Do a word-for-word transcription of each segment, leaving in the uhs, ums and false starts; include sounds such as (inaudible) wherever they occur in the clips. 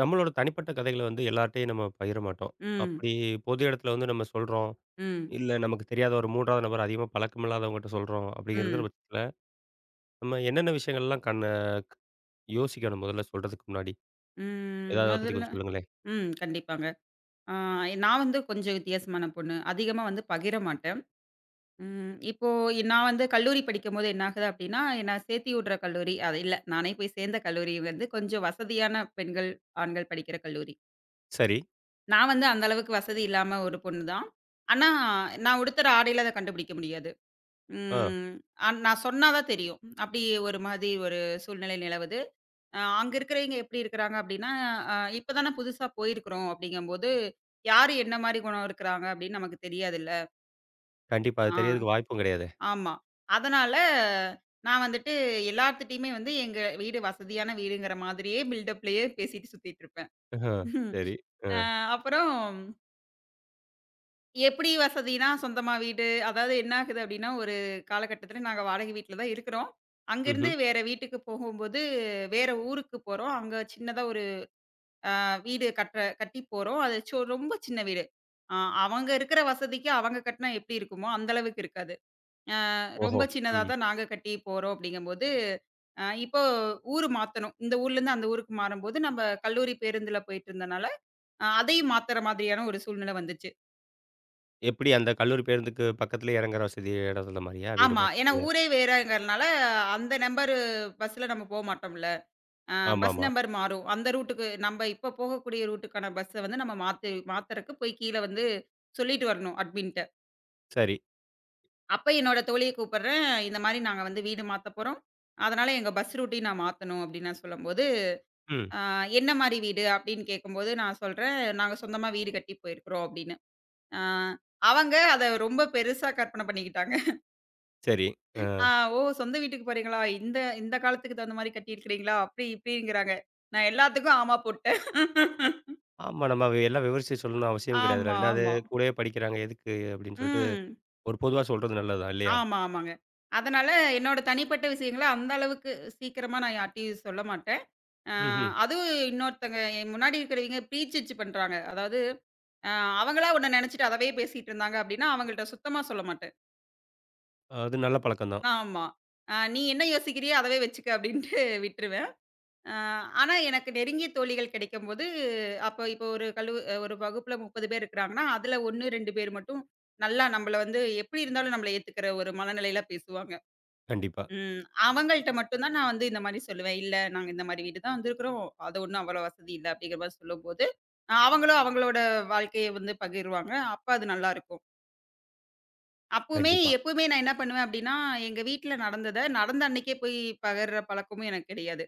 நம்மளோட தனிப்பட்ட கதைகள வந்து எல்லார்ட்டயும் நம்ம பகிர மாட்டோம். ம். அப்படி பொது இடத்துல வந்து நம்ம சொல்றோம். ம். இல்ல நமக்கு தெரியாத ஒரு 3வது நபர் அதிகமா பழக்கமில்லாதவங்கட்ட சொல்றோம். அப்படிங்கிற ம். பட்சத்துல, நம்ம என்னென்ன விஷயங்கள்லாம் கண்ண யோசிக்கணும் முதல்ல சொல்றதுக்கு முன்னாடி? ம். ஏதாவது அத பத்தி முதல்ல கொஞ்சம் சொல்லுங்களேன். ம். கண்டிப்பாங்க. ஆ நான் வந்து கொஞ்சம் வித்தியாசமான பொண்ணு. அதிகமா வந்து பகிர மாட்டேன். ம். இப்போ நான் வந்து கல்லூரி படிக்கும்போது என்ன ஆகுது அப்படின்னா, என்ன சேர்த்தி விடுற கல்லூரி அது இல்ல. நானே போய் சேர்ந்த கல்லூரி வந்து கொஞ்சம் வசதியான பெண்கள், ஆண்கள் படிக்கிற கல்லூரி. சரி. நான் வந்து அந்த அளவுக்கு வசதி இல்லாம ஒரு பொண்ணு தான். ஆனா, நான் உடுத்துற ஆடையில அத கண்டுபிடிக்க முடியாது. ஆ. ம். ஆ- நான் சொன்னா தான் தெரியும். அப்படி ஒரு மாதிரி ஒரு சூழ்நிலை நிலவுது. அ அங்க இருக்கிறவைங்க எப்படி இருக்கிறாங்க அப்படின்னா, அ இப்ப தானே புதுசா போயிருக்கிறோம் அப்படிங்கும்போது, யாரு என்ன மாரி குணம் இருக்கிறாங்க அப்படின்னு நமக்கு தெரியாதுல்ல. கண்டிப்பா. அது ஆ தெரியறதுக்கு வாய்ப்பும் கிடையாதே. ஆமா. அதனால நான் வந்துட்டு எல்லார்த்துட்டயுமே வந்து எங்க வீடு வசதியான வீடுங்கிற மாதிரியே பில்டப்லயே பேசிட்டு சுத்திட்டு இருப்பேன். ஆஹா. சரி. (laughs) ஆ. அ அப்புறம் எப்படி வசதின்னா சொந்தமா வீடு, அதாவது என்ன ஆகுது அப்படின்னா, ஒரு காலகட்டத்தில நாங்க வாடகை வீட்ல தான் இருக்கிறோம். அங்கேருந்து ம்ஹ்ம். வேற வீட்டுக்கு போகும்போது, வேற ஊருக்கு போறோம். அங்க சின்னதா ஒரு வீடு கட்டுற கட்டி போறோம். அது சோ ரொம்ப சின்ன வீடு. அ அவங்க இருக்கிற வசதிக்கு அவங்க கட்டினா எப்படி இருக்குமோ, அந்த அளவுக்கு இருக்காது. அ ஓஹோ! ரொம்ப சின்னதா ம். தான் நாங்க கட்டி போறோம் அப்படிங்கும்போது, அ இப்போ ஊரு மாத்தணும். இந்த ஊர்லருந்து அந்த ஊருக்கு மாறும்போது, நம்ப கல்லூரி பேருந்துல போயிட்டு இருந்தனால, அ அதையும் மாத்துற மாதிரியான ஒரு சூழ்நிலை வந்துச்சு. எப்படி அந்த கல்லூரி பேருந்துக்கு பக்கத்திலேயே இறங்குற வசதி இடத்துல மாரியா? வீடு ஆமா. ஏன்னா பக்கத்திலேயே. ஊரே வேறங்கிறனால, அந்த நம்பரு பஸ்ல நம்ம போ மாட்டோம்ல. அ பஸ் ஆமாமா. நம்பர் மாறும். அந்த ரூட்டுக்கு நம்ப இப்ப போகக்கூடிய ரூட்டுக்கான பஸ்ஸ வந்து நம்ம மாத்து மாத்துறக்கு போய் கீழ வந்து சொல்லிட்டு வரணும் அட்மின்ட்ட. சரி. அப்ப என்னோட தோழிய கூப்பிடுறேன். இந்த மாரி நாங்க வந்து வீடு மாத்தப் போறோம். அதனால எங்க பஸ் ரூட்டயும் நான் மாத்தணும் அப்படின்னு நான் சொல்லும்போது, ம். "அ என்ன மாரி வீடு?" அப்படின்னு கேட்கும்போது நான் சொல்றேன், "நாங்க சொந்தமா வீடு கட்டி போயிருக்கிறோம்" அப்படின்னு. அ அவங்க அத ரொம்ப பெருசா கற்பனை பண்ணிக்கிட்டாங்க. சரி. ஆ. "ஆ ஓ! சொந்த வீட்டுக்கு போறீங்களா? இந்த இந்த காலத்துக்கு தகுந்த மாரி கட்டியிருக்கிறீங்களா?" அப்படி இப்படிங்கிறாங்க. நான் எல்லாத்துக்கும் ஆமா போட்டேன். ஆமா. நம்ம வ் எல்லாம் விவரிச்சு சொல்லணும்னு அவசியம் கிடையாதுல்ல. ஆமா, 2வது ஆமா. கூடயே படிக்கிறாங்க எதுக்கு அப்படின்னு சொல்லிட்டு, ம். ஒரு பொதுவா சொல்றது நல்லது தான் இல்லையா? ஆமா, ஆமாங்க. அதனால என்னோட தனிப்பட்ட விஷயங்கள அந்த அளவுக்கு சீக்கிரமா நான் யார்ட்டயும் சொல்ல மாட்டேன். ஆ ம்ஹ்ம். அதுவும் இன்னொருத்தங்க என் முன்னாடி இருக்கிறவங்க ப்ரீஜிஜ் பண்றாங்க. அதாவது அ அவங்களா ஒண்ண நெனச்சுட்டு அதவே பேசிட்டு இருந்தாங்க அப்டின்னா, அவங்கள்ட்ட சுத்தமா சொல்ல மாட்டேன். அது நல்ல பழக்கம் தான். ஆமா. அ "நீ என்ன யோசிக்கிறியோ அதவே வச்சுக்க" அப்டின்ட்டு (laughs) விட்டுருவேன். அ ஆனா எனக்கு நெருங்கிய தோழிகள் கிடைக்கும்போது, அப்போ இப்போ ஒரு கல்லு ஒரு வகுப்புல முப்பது பேர் இருக்கிறாங்கன்னா, அதுல ஒரு, ரெண்டு பேர் மட்டும் நல்லா நம்மள வந்து எப்டி இருந்தாலும் நம்மள ஏத்துக்கிற ஒரு மனநிலையில பேசுவாங்க. கண்டிப்பா, ம். அவங்கள்ட்ட மட்டும் தான் நான் வந்து இந்த மாரி சொல்லுவேன். "இல்ல, நாங்க இந்த மாரி வீடு தான் வந்திருக்கிறோம். அது ஒண்ணும் அவ்வளோ வசதி இல்ல." அப்படிங்கிற மாரி சொல்லும்போது, அ அவங்களும் அவங்களோட வாழ்க்கைய வந்து பகிருவாங்க. அப்ப அது நல்லாருக்கும். அப்பவுமே கண்டிப்பா. எப்பவுமே நான் என்ன பண்ணுவேன் அப்படின்னா, எங்க வீட்ல நடந்தத நடந்த அன்னைக்கே போய் பகிர்ற பழக்கமும் எனக்கு கிடையாது.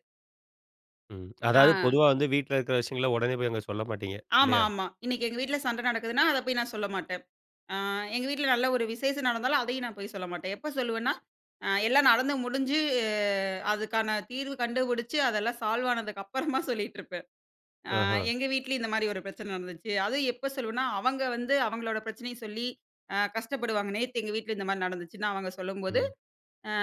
ம். ஆ. அதாவது பொதுவா வந்து வீட்ல இருக்கிற விஷயங்கள உடனே போய் அங்க சொல்ல மாட்டீங்க ஆமா, இல்லையா? ஆமா. இன்னைக்கு எங்க வீட்ல சண்டை நடக்குதுன்னா, அத போய் நான் சொல்ல மாட்டேன். ஆ எங்க வீட்ல நல்ல ஒரு விசேஷம் நடந்தாலும் அதையும் நான் போய் சொல்ல மாட்டேன். எப்ப சொல்லுவேன்னா, அ எல்லாம் நடந்து முடிஞ்சு, அஹ், அதுக்கான தீர்வு கண்டுபிடிச்சு, அதெல்லாம் சால்வ் ஆனதுக்கு அப்புறமா சொல்லிட்டுருப்பேன். ஆ ஆஹா. எங்க வீட்லயும் இந்த மாரி ஒரு பிரச்சனை நடந்துச்சு. அதுவும் எப்ப சொல்லுவேன்னா, அவங்க வந்து அவங்களோட பிரச்சனைய சொல்லி அ கஷ்டப்படுவாங்க. "நேத்து எங்க வீட்ல இந்த மாரி நடந்துச்சுன்னு" அவங்க சொல்லும்போது, ம்.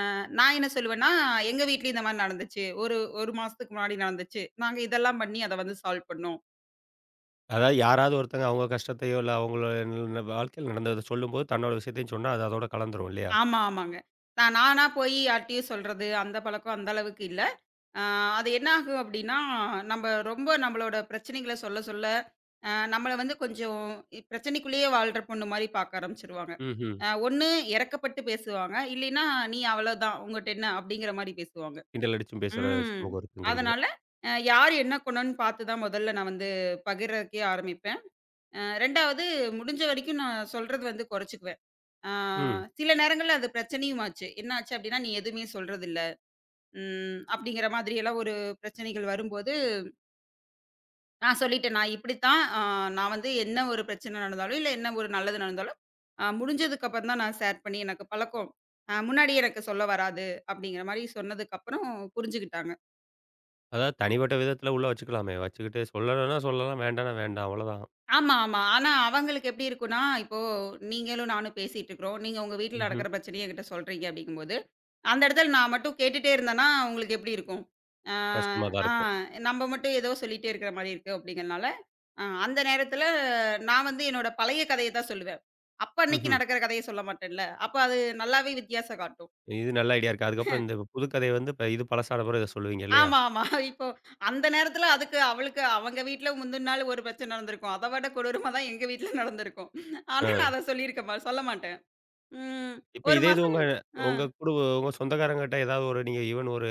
அ நான் என்ன சொல்லுவேன்னா, "எங்க வீட்லயும் இந்த மாரி நடந்துச்சு. ஒரு 1 மாசத்துக்கு முன்னாடி நடந்துச்சு. நாங்க இதெல்லாம் பண்ணி அத வந்து சால்வ் பண்ணோம்." அதாவது யாராவது ஒருத்தங்க அவங்க கஷ்டத்தையோ, இல்ல அவங்களோட ந வாழ்க்கையில நடந்தத சொல்லும்போது, தன்னோட விஷயத்தையும் சொன்னா அது அதோட கலந்துரும் இல்லையா? ஆமா, ஆமாங்க. நான் நானா போய் யார்ட்டயும் சொல்றது, அந்த பழக்கம் அந்த அளவுக்கு இல்ல. ஆ அது என்ன ஆகும் அப்டின்னா, நம்ம ரொம்ப நம்மளோட பிரச்சனைகள சொல்ல சொல்ல, அ நம்மள வந்து கொஞ்சம் இ- பிரச்சனைக்குள்ளேயே வாழ்ற பொண்ணு மாரி பார்க்க ஆரம்பிச்சுருவாங்க. ம்ஹ்ம். அ ஒண்ணு இறக்கப்பட்டு பேசுவாங்க. இல்லைன்னா, "நீ அவ்வளோதான். உங்கிட்ட என்ன?" அப்படிங்கிற மாரி பேசுவாங்க. கிண்டல் அடிச்சும் பேசுற ம். சமூகம் இருக்குங்கிறீங்க. அதனால, அ யார் என்ன குணம்னு பார்த்து தான் முதல்ல நான் வந்து பகிர்றதுக்கே ஆரம்பிப்பேன். அ 2வது முடிஞ்ச வரைக்கும் நான் சொல்றது வந்து குறைச்சுக்குவேன். ஆ ம். சில நேரங்கள்ல அது பிரச்சனையும் ஆச்சு. என்ன ஆச்சு அப்படின்னா, "நீ எதுவுமே சொல்றதில்ல." ம். அப்படிங்கிற மாதிரி எல்லாம் ஒரு பிரச்சனைகள் வரும்போது, நான் சொல்லிட்டேன். நான் இப்படித்தான் அ நான் வந்து என்ன ஒரு பிரச்சனை நடந்தாலும், இல்ல என்ன ஒரு நல்லது நடந்தாலும், அ முடிஞ்சதுக்கு அப்புறம் தான் நான் ஷேர் பண்ணி எனக்கு பழக்கம். அ முன்னாடி எனக்கு சொல்ல வராது. அப்படிங்கிற மாரி சொன்னதுக்கு அப்புறம் புரிஞ்சுகிட்டாங்க. அதாவது தனிப்பட்ட விதத்தில உள்ள வச்சுக்கலாமே! வச்சுக்கிட்டு சொல்லணும்னா சொல்லலாம், வேண்டாம்னா வேண்டாம். அவ்வளோதான். ஆமா, ஆமா. ஆனா அவங்களுக்கு எப்படி இருக்கும்னா, இப்போ நீங்களும் நானும் பேசிட்டு இருக்கிறோம். நீங்க உங்க வீட்ல ம்ஹ்ம். நடக்கிற பிரச்சனைய என்கிட்ட சொல்றீங்க அப்படிங்கும்போது, அந்த இடத்துல நான் மட்டும் கேட்டுட்டே இருந்தேன்னா, உங்களுக்கு எப்படி இருக்கும்? ஆ, கஷ்டமா தான் ஆ இருக்கும். நம்ம மட்டும் ஏதோ சொல்லிட்டே இருக்கிற மாரி இருக்கு அப்படிங்கிறனால, அ அந்த நேரத்துல நான் வந்து என்னோட பழைய கதைய தான் சொல்லுவேன். அப்ப அன்னைக்கு ம்ஹ்ம். நடக்கிற கதைய சொல்ல மாட்டேன்ல. அப்ப அது நல்லாவே வித்தியாசம் காட்டும். இது நல்ல ஐடியா இருக்கு. அதுக்கப்புறம் இந்த புதுக்கதை வந்து இப்ப இது பழசான பிறகு இத சொல்லுவீங்க இல்லையா? ஆமா, ஆமா. இப்போ அந்த நேரத்துல அதுக்கு அவளுக்கு அவங்க வீட்ல முந்தின நாள் ஒரு பிரச்சனை நடந்திருக்கும். அத விட கொடூரமா தான் எங்க வீட்ல நடந்திருக்கும். ஆனா ஆ. நான் அத சொல்லியிருக்க மா சொல்ல மாட்டேன். ம். இப்ப 1 இதே இது மாசம் உங்க கழி- ஆ, உங்க குடும்ப உங்க சொந்தக்காரங்ககிட்ட ஏதாவது ஒரு நீங்க ஈவன் ஒரு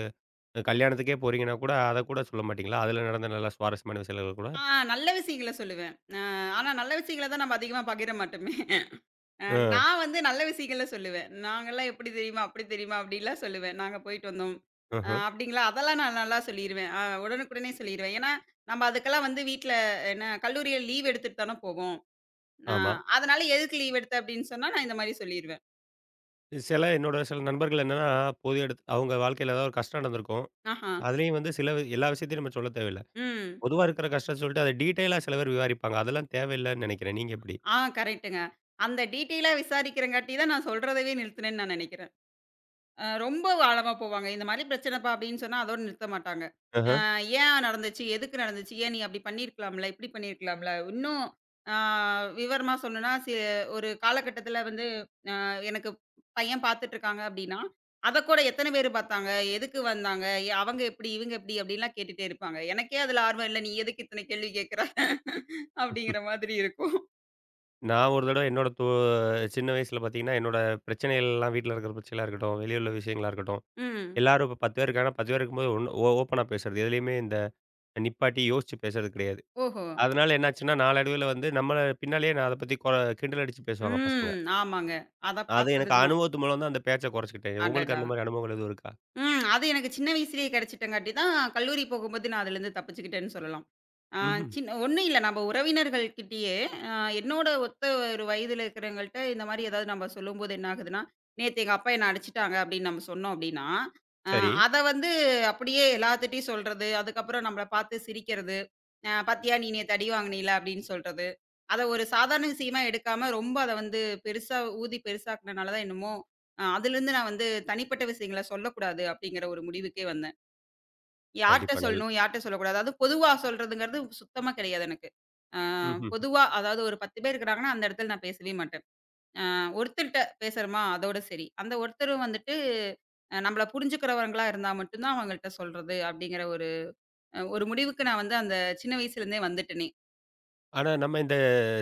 கல்யாணத்துக்கே போறீங்கன்னா கூட, அத கூட சொல்ல மாட்டீங்களா? அதுல நடந்த நல்ல சுவாரஸ்யமான விஷயங்கள் கூட? ஆ நல்ல விஷயங்கள சொல்லுவேன். அ ஆனா நல்ல விஷயங்கள தான் நம்ம அதிகமா பகிர மாட்டோமே. அ அ, நான் வந்து நல்ல விஷயங்கள சொல்லுவேன். நாங்கலாம் எப்படி தெரியுமா? அப்படி தெரியுமா? அப்படிலாம் சொல்லுவேன். நாங்க போயிட்டு வந்தோம். அ ம்ஹ்ம். அப்படிங்களா? அதெல்லாம் நான் நல்லா சொல்லிருவேன். அ உடனுக்குடனே சொல்லிருவேன். ஏன்னா, நம்ம அதுக்கெல்லாம் வந்து வீட்ல என்ன கல்லூரியில லீவ் எடுத்துட்டு தானே போவோம். அ ஆமா. அதனால எதுக்கு லீவ் எடுத்த அப்படின்னு சொன்னா, நான் இந்த மாரி சொல்லிருவேன். சில என்னோட சில நண்பர்கள் என்னன்னா, பொது இடத் அவங்க வாழ்க்கையில ஏதாவது ஒரு கஷ்டம் நடந்திருக்கும். ஆஹா. அதுலயும் வந்து சில வி- எல்லா விஷயத்தையும் நம்ம சொல்ல தேவையில்ல. ம். பொதுவா இருக்கிற கஷ்டத்த சொல்லிட்டு அத டீட்டெயிலா சில பேர் விவாரிப்பாங்க. அதெல்லாம் தேவையில்லன்னு நினைக்கிறேன். நீங்க எப்படி? ஆ கரெக்ட்டுங்க. அந்த டீட்டெயிலா விசாரிக்கிறங்காட்டி தான் நான் சொல்றதவே நிறுத்துனேன்னு நான் நெனைக்கிறேன். அ ரொம்ப ஆழமா போவாங்க. இந்த மாரி பிரச்சனைப்பா அப்படின்னு சொன்னா அதோட நிறுத்த மாட்டாங்க. அ ஏன் நடந்துச்சு? எதுக்கு நடந்துச்சு? ஏன் நீ அப்படி பண்ணியிருக்கலாம்ல? இப்படி பண்ணியிருக்கலாம்ல? இன்னும் ஆ விவரமா சொல்லணும்னா, சி ஒரு காலகட்டத்தில வந்து அ எனக்கு பையன் பார்த்துட்டுருக்காங்க அப்படின்னா, அதக்கூட எத்தன பேரு பார்த்தாங்க? எதுக்கு வந்தாங்க? எ அவங்க எப்படி? இவங்க எப்படி? அப்படின்லாம் கேட்டுட்டே இருப்பாங்க. எனக்கே அதில ஆர்வம் இல்ல. நீ எதுக்கு இத்தனை கேள்வி கேட்குற? (laughs) அப்படிங்கிற மாதிரி இருக்கும். நான் ஒரு தடவ என்னோட தோ சின்ன வயசுல பார்த்தீங்கன்னா, என்னோட பிரச்சனைகள்லாம் வீட்ல இருக்கிற பிரச்சனையா இருக்கட்டும், வெளிய உள்ள விஷயங்களா இருக்கட்டும், ம். எல்லாரும் இப்ப பத்து பேர் இருக்காங்கன்னா, பத்து பேர் இருக்கும்போது ஒண்ணு ஓ ஓப்பனா பேசுறது. எதுலயுமே இந்த நிப்பாட்டி யோசிச்சு பேசுறது கிடையாது. ஓஹோ! அதனால என்னாச்சுன்னா, நாளடைவில வந்து நம்மள பின்னாலேயே நான் அத பத்தி கொ கிண்டல் அடிச்சு பேசுவாங்க பசங்க. ம். ஆமாங்க. அத அது பார்த்தது எனக்கு தான். அனுபவத்து மூலம் தான் அந்த பேச்ச குறைச்சுக்கிட்டேன். உங்களுக்கு அடடா! அந்த மாரி அனுபவங்கள் எதுவும் இருக்கா? ம். அது எனக்கு சின்ன வயசுலயே கிடைச்சிட்டங்காட்டி தான், கல்லூரி போகும்போது நான் அதுலருந்து தப்பிச்சுக்கிட்டேன்னு சொல்லலாம். ஆ ம்ஹ்ம். சின்ன ஒண்ணும் இல்ல. நம்ம உறவினர்கள் கிட்டயே அ என்னோட ஒத்த ஒரு வயதுல இருக்கிறவங்கள்ட்ட இந்த மாரி ஏதாவது நம்ம சொல்லும்போது என்ன ஆகுதுன்னா, "நேத்து எங்க அப்பா என்ன அடிச்சுட்டாங்க" அப்படின்னு நம்ம சொன்னோம் அப்படின்னா, அ சரி. அத வந்து அப்படியே எல்லாத்துட்டயும் சொல்றது. அதுக்கப்புறம் நம்மள பார்த்து சிரிக்கிறது. அ "பாத்தியா நீ நேத்து அடி வாங்குனீல" அப்படின்னு சொல்றது. அத ஒரு சாதாரண விஷயமா எடுக்காம, ரொம்ப அத வந்து பெருசா ஊதி பெருசாக்குனனால தான் என்னமோ அ அதிலிருந்து நான் வந்து தனிப்பட்ட விஷயங்கள சொல்லக்கூடாது அப்படிங்கிற ஒரு முடிவுக்கே வந்தேன். யார்ட்ட கண்டிப்பா நல் சொல்லணும், யார்ட்ட சொல்லக்கூடாது. அதாவது பொதுவா சொல்றதுங்கிறது சுத்தமா கிடையாது எனக்கு. அ ம்ஹ்ம். பொதுவா அதாவது ஒரு பத்து பேர் இருக்கிறாங்கன்னா, அந்த இடத்துல நான் பேசவே மாட்டேன். அ ஒருத்தர்ட்ட பேசுறோமா அதோட சரி. அந்த ஒருத்தரும் வந்துட்டு அ நம்மள புரிஞ்சுக்கிறவங்களா இருந்தா மட்டும் தான் அவங்கள்ட்ட சொல்றது அப்படிங்கிற ஒரு அ ஒரு முடிவுக்கு நான் வந்து அந்த சின்ன வயசுலேருந்தே வந்துட்டேனே. ஆனா நம்ம இந்த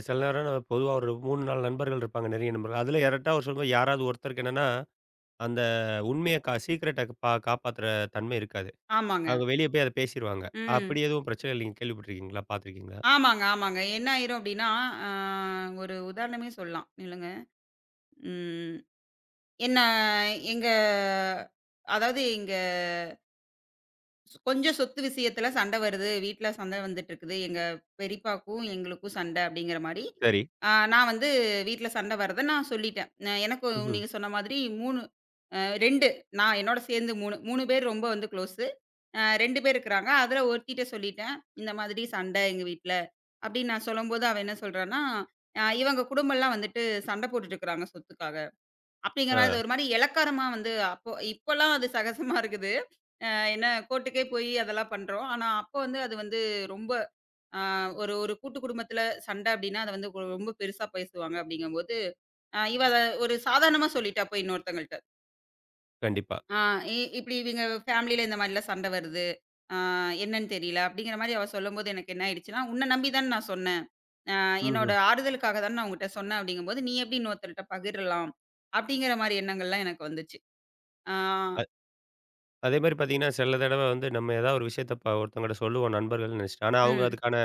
சில நேரம் பொதுவா ஒரு மூணு, நாலு நண்பர்கள் இருப்பாங்க, நெருங்கிய நண்பர்கள். அதுல யார்ட்டா ஒரு சொல்லும்போது யாராவது ஒருத்தருக்கு என்னன்னா அந்த உண்மைய கா சீக்ரெட்ட பா காப்பாத்துற தன்மை இருக்காது. ஆமாங்க. அவங்க வெளிய போய் அத பேசிருவாங்க. ம். அப்படி எதுவும் பிரச்சனை நீங்க கேள்விப்பட்டுருக்கீங்களா? பார்த்துருக்கீங்களா? ஆமாங்க, ஆமாங்க. என்ன ஆயிரும் அப்படின்னா, அ ஒரு உதாரணமே சொல்லலாம். நில்லுங்க. ம். என்ன எங்க அதாவது எங்க சொ- கொஞ்சம் சொத்து விஷயத்துல சண்டை வருது. வீட்ல சண்டை வந்துட்டு இருக்குது. எங்க பெரியப்பாக்கும், எங்களுக்கும் சண்டை அப்படிங்கிற மாரி, சரி. அ நான் வந்து வீட்ல சண்டை வர்றத நான் சொல்லிட்டேன். அ எனக்கும் ம்ஹ்ம். நீங்க சொன்ன மாதிரி மூணு அ ரெண்டு நான் என்னோட சேர்ந்து மூணு மூணு பேர் ரொம்ப வந்து க்ளோஸு. அ ரெண்டு பேர் இருக்கிறாங்க. அதுல ஒருத்திட்ட சொல்லிட்டேன். இந்த மாதிரி சண்டை எங்க வீட்ல அப்படின்னு நான் சொல்லும்போது, அவ என்ன சொல்றான்னா, அ இவங்க குடும்பம்லாம் வந்துட்டு சண்டை போட்டுட்டு இருக்கிறாங்க சொத்துக்காக. அப்படிங்கிற மாரி அது ஆ ஒரு மாரி எளக்காரமா வந்து அப்போ இப்போலாம் அது சகஜமா இருக்குது. அ என்ன கோர்ட்டுக்கே போய் அதெல்லாம் பண்றோம். ஆனா அப்போ வந்து அது வந்து ரொம்ப அ ஒரு ஒரு கூட்டு குடும்பத்தில சண்டை அப்படின்னா, அத வந்து கொ- ரொம்ப பெருசா பேசுவாங்க அப்படிங்கும்போது, அ இவ அத ஒரு சாதாரணமா சொல்லிட்டா போய் இன்னொருத்தவங்கள்ட்ட. கண்டிப்பா. ஆ இ இப்படி இவங்க ஃபேமிலியில இந்த மாரிலாம் சண்டை வருது. ஆ என்னன்னு தெரியல அப்படிங்கிற மாரி அவ சொல்லும்போது எனக்கு என்ன ஆயிடுச்சுன்னா, உன்ன நம்பி தான நான் சொன்னேன். அ என்னோட ம்ஹ்ம். ஆறுதலுக்காக தான நான் உன்கிட்ட சொன்னேன் அப்படிங்கும்போது, நீ எப்படி இன்னொருத்தர்ட்ட பகிரலாம்? அப்படிங்கிற மாரி எண்ணங்கள்லாம் எனக்கு வந்துச்சு. ஆ. அ அதே மாரி பார்த்தீங்கன்னா, சில தடவ வந்து நம்ம ஏதாவது ஒரு விஷயத்த ப ஒருத்தவங்கட்ட சொல்லுவோம் நண்பர்கள்ன்னு நெனைச்சுட்டு. ஆனா, அவங்க ம். அதுக்கான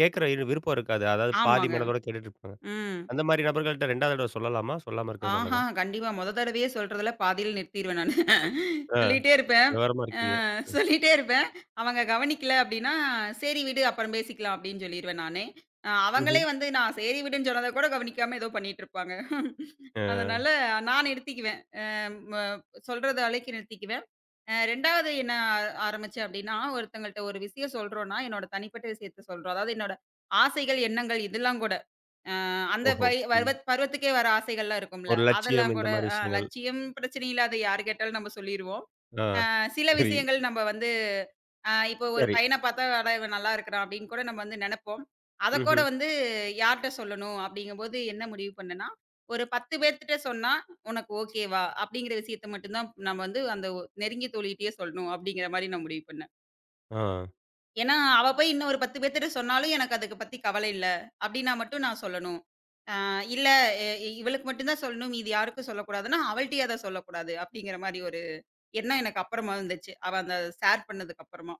கேட்கிற இரு விருப்பம் இருக்காது. அதாவது பாதி ஆமாங்க. மனதோட கேட்டுட்டு இருப்பாங்க. ம். அந்த மாரி நபர்கள்ட்ட 2வது தடவ சொல்லலாமா? சொல்லாம இருக்கிறது ஆஹா! நல்லதா? கண்டிப்பா. மொத தடவையே சொல்றதுல பாதியில நிறுத்திருவேன் நானு. ஆ சொல்லிட்டே இருப்பேன். விவரமா அ இருக்கீங்க. சொல்லிட்டே இருப்பேன். அவங்க கவனிக்கல அப்டின்னா, "சரி விடு அப்புறம் பேசிக்கலாம்" அப்டின்னு சொல்லிருவேன் நானே. அ ம்ஹ்ம். அவங்களே வந்து நான் "சரி விடுன்னு" சொன்னத கூட கவனிக்காம ஏதோ பண்ணிட்டு இருப்பாங்க. அ அதனால நான் நிறுத்திக்குவேன். அ ம சொல்றது அளவுக்கு நிறுத்திக்குவேன். அ 2வது என்ன ஆ ஆரம்பிச்சேன் அப்டின்னா, ஒருத்தங்கள்ட்ட ஒரு விஷயம் சொல்றோம்னா, என்னோட தனிப்பட்ட விஷயத்த சொல்றோம். அதாவது என்னோட ஆசைகள், எண்ணங்கள் இதெல்லாம் கூட அ அந்த ஓஹோ! பை ம். பருவத் பருவத்துக்கே வர ஆசைகள்லாம் இருக்கும்ல. ஒரு லட்சியம் அதெல்லாம் இந்த கூட மாரி அ விஷயங்கள். லட்சியம் பிரச்சனை இல்ல. அத யாரு கேட்டாலும் நம்ம சொல்லிருவோம். ஆ அ சில சரி, விஷயங்கள் நம்ம வந்து அ இப்போ ஒரு சரி. பையன பார்த்தா, "அட இவன் நல்லா இருக்கிறான்" அப்படின்னு கூட நம்ம வந்து நெனப்போம். அத கூட ம்ஹ்ம். வந்து யார்ட்ட சொல்லணும் அப்படிங்கும்போது என்ன முடிவு பண்ணேன்னா, ஒரு பத்து பேர்த்துட்ட சொன்னா, "உனக்கு ஓகேவா?" அப்படிங்கிற விஷயத்த மட்டும் தான் நம்ம வந்து அந்த ஒ நெருங்கிய தோழிகிட்டயே சொல்லணும் அப்படிங்கிற மாரி நான் முடிவு பண்ணேன். ஆ. ஏன்னா, அவ போய் இன்னும் ஒரு பத்து பேத்துட்ட சொன்னாலும் எனக்கு அதுக்கு பத்தி கவலை இல்ல. அப்டின்னா மட்டும் நான் சொல்லணும். ஆ இல்ல எ இவளுக்கு மட்டும் தான் சொல்லணும். மீதி யாருக்கும் சொல்லக்கூடாதுன்னா, அவள்ட்டயும் அத சொல்லக்கூடாது. அப்டிங்கிற மாரி ஒரு எண்ணம் எனக்கு அப்புறமா வந்துச்சு. அவ அந்த ஷேர் பண்ணதுக்கு அப்புறமா.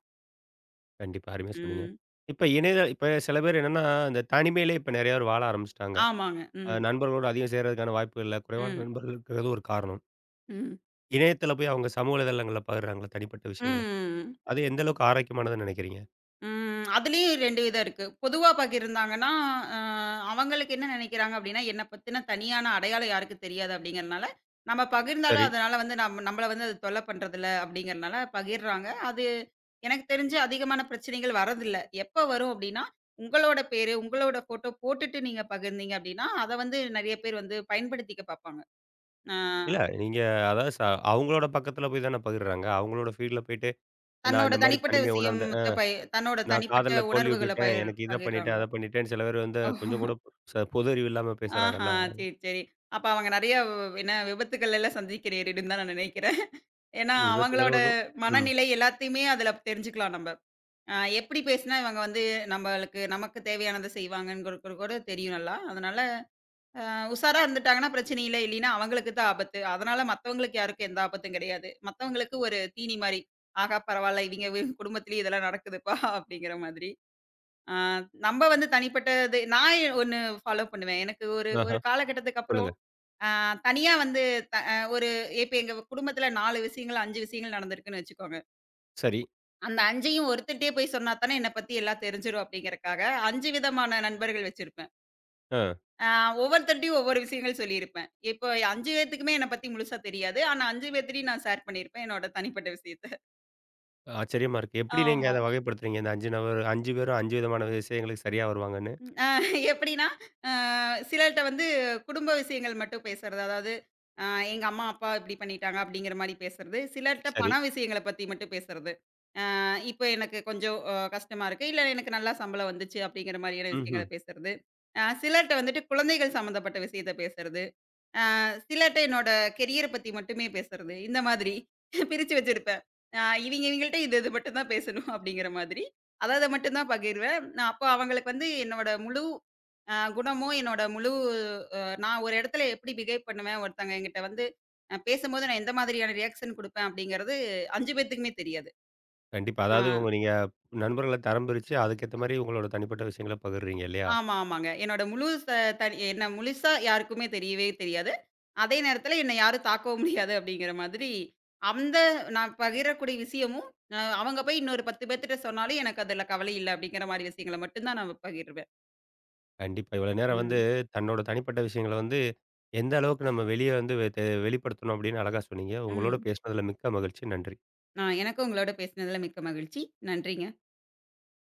கண்டிப்பா. அருமையா சொன்னீங்க. ம். இப்ப இணையத இப்ப சில பேர் என்னன்னா, அந்த தனிமையிலேயே இப்ப நெறைய பேர் வாழ ஆரம்பிச்சுட்டாங்க. ஆமாங்க. அ ம். நண்பர்களோட அதிகம் சேர்றதுக்கான வாய்ப்புகள் இல்ல. குறைவான ம். நண்பர்கள் இருக்கிறது ஒரு காரணம். ம். இணையத்தில போய் அவங்க சமூக வலைதளங்கள்ல பகிர்றாங்கள்ல தனிப்பட்ட விஷயங்கள. ம். அது எந்த அளவுக்கு ஆரோக்கியமானதுன்னு நெனைக்கிறீங்க? ம். அதுலயும் ரெண்டு விதம் இருக்கு. பொதுவா பகிர்ந்தாங்கன்னா, அ அவங்களுக்கு என்ன நினைக்கிறாங்க அப்படின்னா, என்ன பத்தின தனியான அடையாளம் யாருக்கும் தெரியாது அப்படிங்கிறனால, நம்ம சரி. பகிர்ந்தாலும் அதனால வந்து நம் நம்மள வந்து அது தொல்ல பண்றதில்ல அப்படிங்கிறனால பகிர்றாங்க. அது எனக்கு தெரிஞ்சு அதிகமான பிரச்சனைகள் வர்றதில்ல. எப்ப வரும் அப்படின்னா, உங்களோட பேரு, உங்களோட ஃபோட்டோ போட்டுட்டு நீங்க பகிர்ந்தீங்க அப்படின்னா, அத வந்து நெறைய பேர் வந்து பயன்படுத்திக்க பார்ப்பாங்க. அ இல்ல நீங்க அதாவது ச அவங்களோட பக்கத்தில போய் தானே பகிர்றாங்க. அவங்களோட ஃபீல்ட்ல போயிட்டு, நான் தன்னோட இந்த மாரி தனிப்பட்ட தனிமைய விஷயம் உணர்ந்தேன். அ பய தன்னோட நான் தனிப்பட்ட காதல்ல உணர்வுகள தோல்வியுட்டுட்டேன். பகிர் எனக்கு இத பண்ணிட்டேன், பகிர்றாங்களா? அத பண்ணிட்டேன்னு சில பேர் வந்து கொஞ்சம் கூட ச பொது அறிவு இல்லாம ஆஹா! பேசுறாங்கல்ல. சரி, சரி. அப்ப அவங்க நெறைய என்ன விபத்துக்கள் எல்லாம் சந்திக்கிறீருன்னு தான் நான் நினைக்கிறேன். ஏன்னா, அவங்களோட விபத்துகளும் ம். மனநிலை எல்லாத்தையுமே அதுல தெரிஞ்சுக்கலாம் நம்ப. அ எப்படி பேசினா இவங்க வந்து நம்மளுக்கு நமக்கு தேவையானத செய்வாங்கங்கிறது கூட தெரியும் நல்லா. அதனால அ உஷாரா இருந்துட்டாங்கன்னா பிரச்சனை இல்ல. இல்லைன்னா அவங்களுக்கு தான் ஆபத்து. அதனால மத்தவங்களுக்கு யாருக்கும் எந்த ஆபத்தும் கிடையாது. மத்தவங்களுக்கு ஒரு தீனி மாரி. ஆஹா பரவால்ல. இவிங்க வி குடும்பத்திலேயும் இதெல்லாம் நடக்குதுப்பா (laughs) அப்படிங்கிற மாதிரி. ஆ நம்ப வந்து தனிப்பட்டது நான் ஒண்ணு ஃபாலோ பண்ணுவேன். எனக்கு ஒரு ஆஹா. ஒரு காலகட்டத்துக்கு அப்புறம் சொல்லுங்க. ஆ தனியா வந்து த அ ஒரு இப்ப எங்க குடும்பத்துல நாலு விஷயங்கள், அஞ்சு விஷயங்கள் நடந்திருக்குன்னு வச்சுக்கோங்க. சரி. அந்த 5யும் ஒருத்தர்ட்டயே போய் சொன்னா தானே என்ன பத்தி எல்லாம் தெரிஞ்சிரும் அப்டிங்கிறக்காக, அஞ்சு விதமான நண்பர்கள் வச்சிருப்பேன். ஆ. ஆ ஒவ்வொருத்தர்ட்டயும் ஒவ்வொரு விஷயங்கள் சொல்லியிருப்பேன். இப்போ அஞ்சு பேத்துக்குமே என்ன பத்தி முழுசா தெரியாது. ஆனா அஞ்சு பேத்துட்டயும் நான் ஷேர் பண்ணியிருப்பேன் என்னோட தனிப்பட்ட விஷயத்த. ஆச்சரியமா இருக்கு. எப்படி நீங்க ஆமா. அத வகைப்படுத்துறீங்க? இந்த அஞ்சு நபர் அஞ்சு பேரும் அஞ்சு விதமான விஷயங்களுக்கு சரியா வருவாங்கன்னு. அ எப்டின்னா, அ சிலர்ட்ட வந்து குடும்ப விஷயங்கள் மட்டும் பேசுறது. அதாவது அ எங்க அம்மா, அப்பா இப்டி பண்ணிட்டாங்க அப்டிங்கிற மாரி பேசுறது. சிலர்ட்ட பண சரி. விஷயங்கள பத்தி மட்டும் பேசுறது. அ இப்ப எனக்கு கொஞ்சம் அ கஷ்டமா இருக்கு. இல்ல எனக்கு நல்லா சம்பளம் வந்துச்சு அப்படிங்கிற மாரியான ம்ஹ்ம். விஷயங்கள பேசுறது. அ சிலர்ட்ட வந்துட்டு குழந்தைகள் சம்மந்தப்பட்ட விஷயத்த பேசுறது. அ சிலர்ட்ட என்னோட கெரியர பத்தி மட்டுமே பேசுறது. இந்த மாதிரி பிரிச்சு வச்சிருப்பேன். அ இவிங்க இவிங்கள்ட்ட இது இது மட்டும் தான் பேசணும் (laughs) அப்படிங்கிற மாதிரி. அத அத மட்டும் தான் பகிர்வேன். நான் அப்போ அவங்களுக்கு வந்து என்னோட முழு அ குணமோ, என்னோட முழு அ நான் ஒரு இடத்துல எப்படி பிஹேவ் பண்ணுவேன், ஒருத்தங்க என்கிட்ட வந்து அ பேசும்போது நான் எந்த மாதிரியான ரியாக்ஷன் குடுப்பேன் அப்படிங்கிறது அஞ்சு பேத்துக்குமே தெரியாது. கண்டிப்பா. ஆ. அதாவது உங்க நீங்க நண்பர்கள தரம் பிரிச்சு, அதுக்கேத்த மாரி உங்களோட தனிப்பட்ட விஷயங்கள பகிர்றீங்க இல்லையா? ஆமா, ஆமாங்க. என்னோட முழு ச தனி என்ன முழுசா யாருக்குமே தெரியவே தெரியாது. அதே நேரத்தில என்ன யாரும் தாக்கவும் முடியாது அப்படிங்கிற மாதிரி, அந்த நான் பகிரக்கூடிய விஷயமும், அ அவங்க போய் இன்னொரு பத்து பேத்துட்ட சொன்னாலும் எனக்கு அதில கவலை இல்ல அப்படிங்கிற மாரி விஷயங்கள மட்டும் தான் நான் பகிர்வேன். கண்டிப்பா. இவ்வளோ நேரம் வந்து ம், தன்னோட தனிப்பட்ட விஷயங்கள வந்து, எந்த அளவுக்கு நம்ம வெளிய வந்து வெ தெ வெளிப்படுத்தணும் அப்படின்னு அழகா சொன்னீங்க. உங்களோட ம். பேசினதுல மிக்க மகிழ்ச்சி. நன்றி. நான் எனக்கும் உங்களோட பேசினதில மிக்க மகிழ்ச்சி. நன்றிங்க.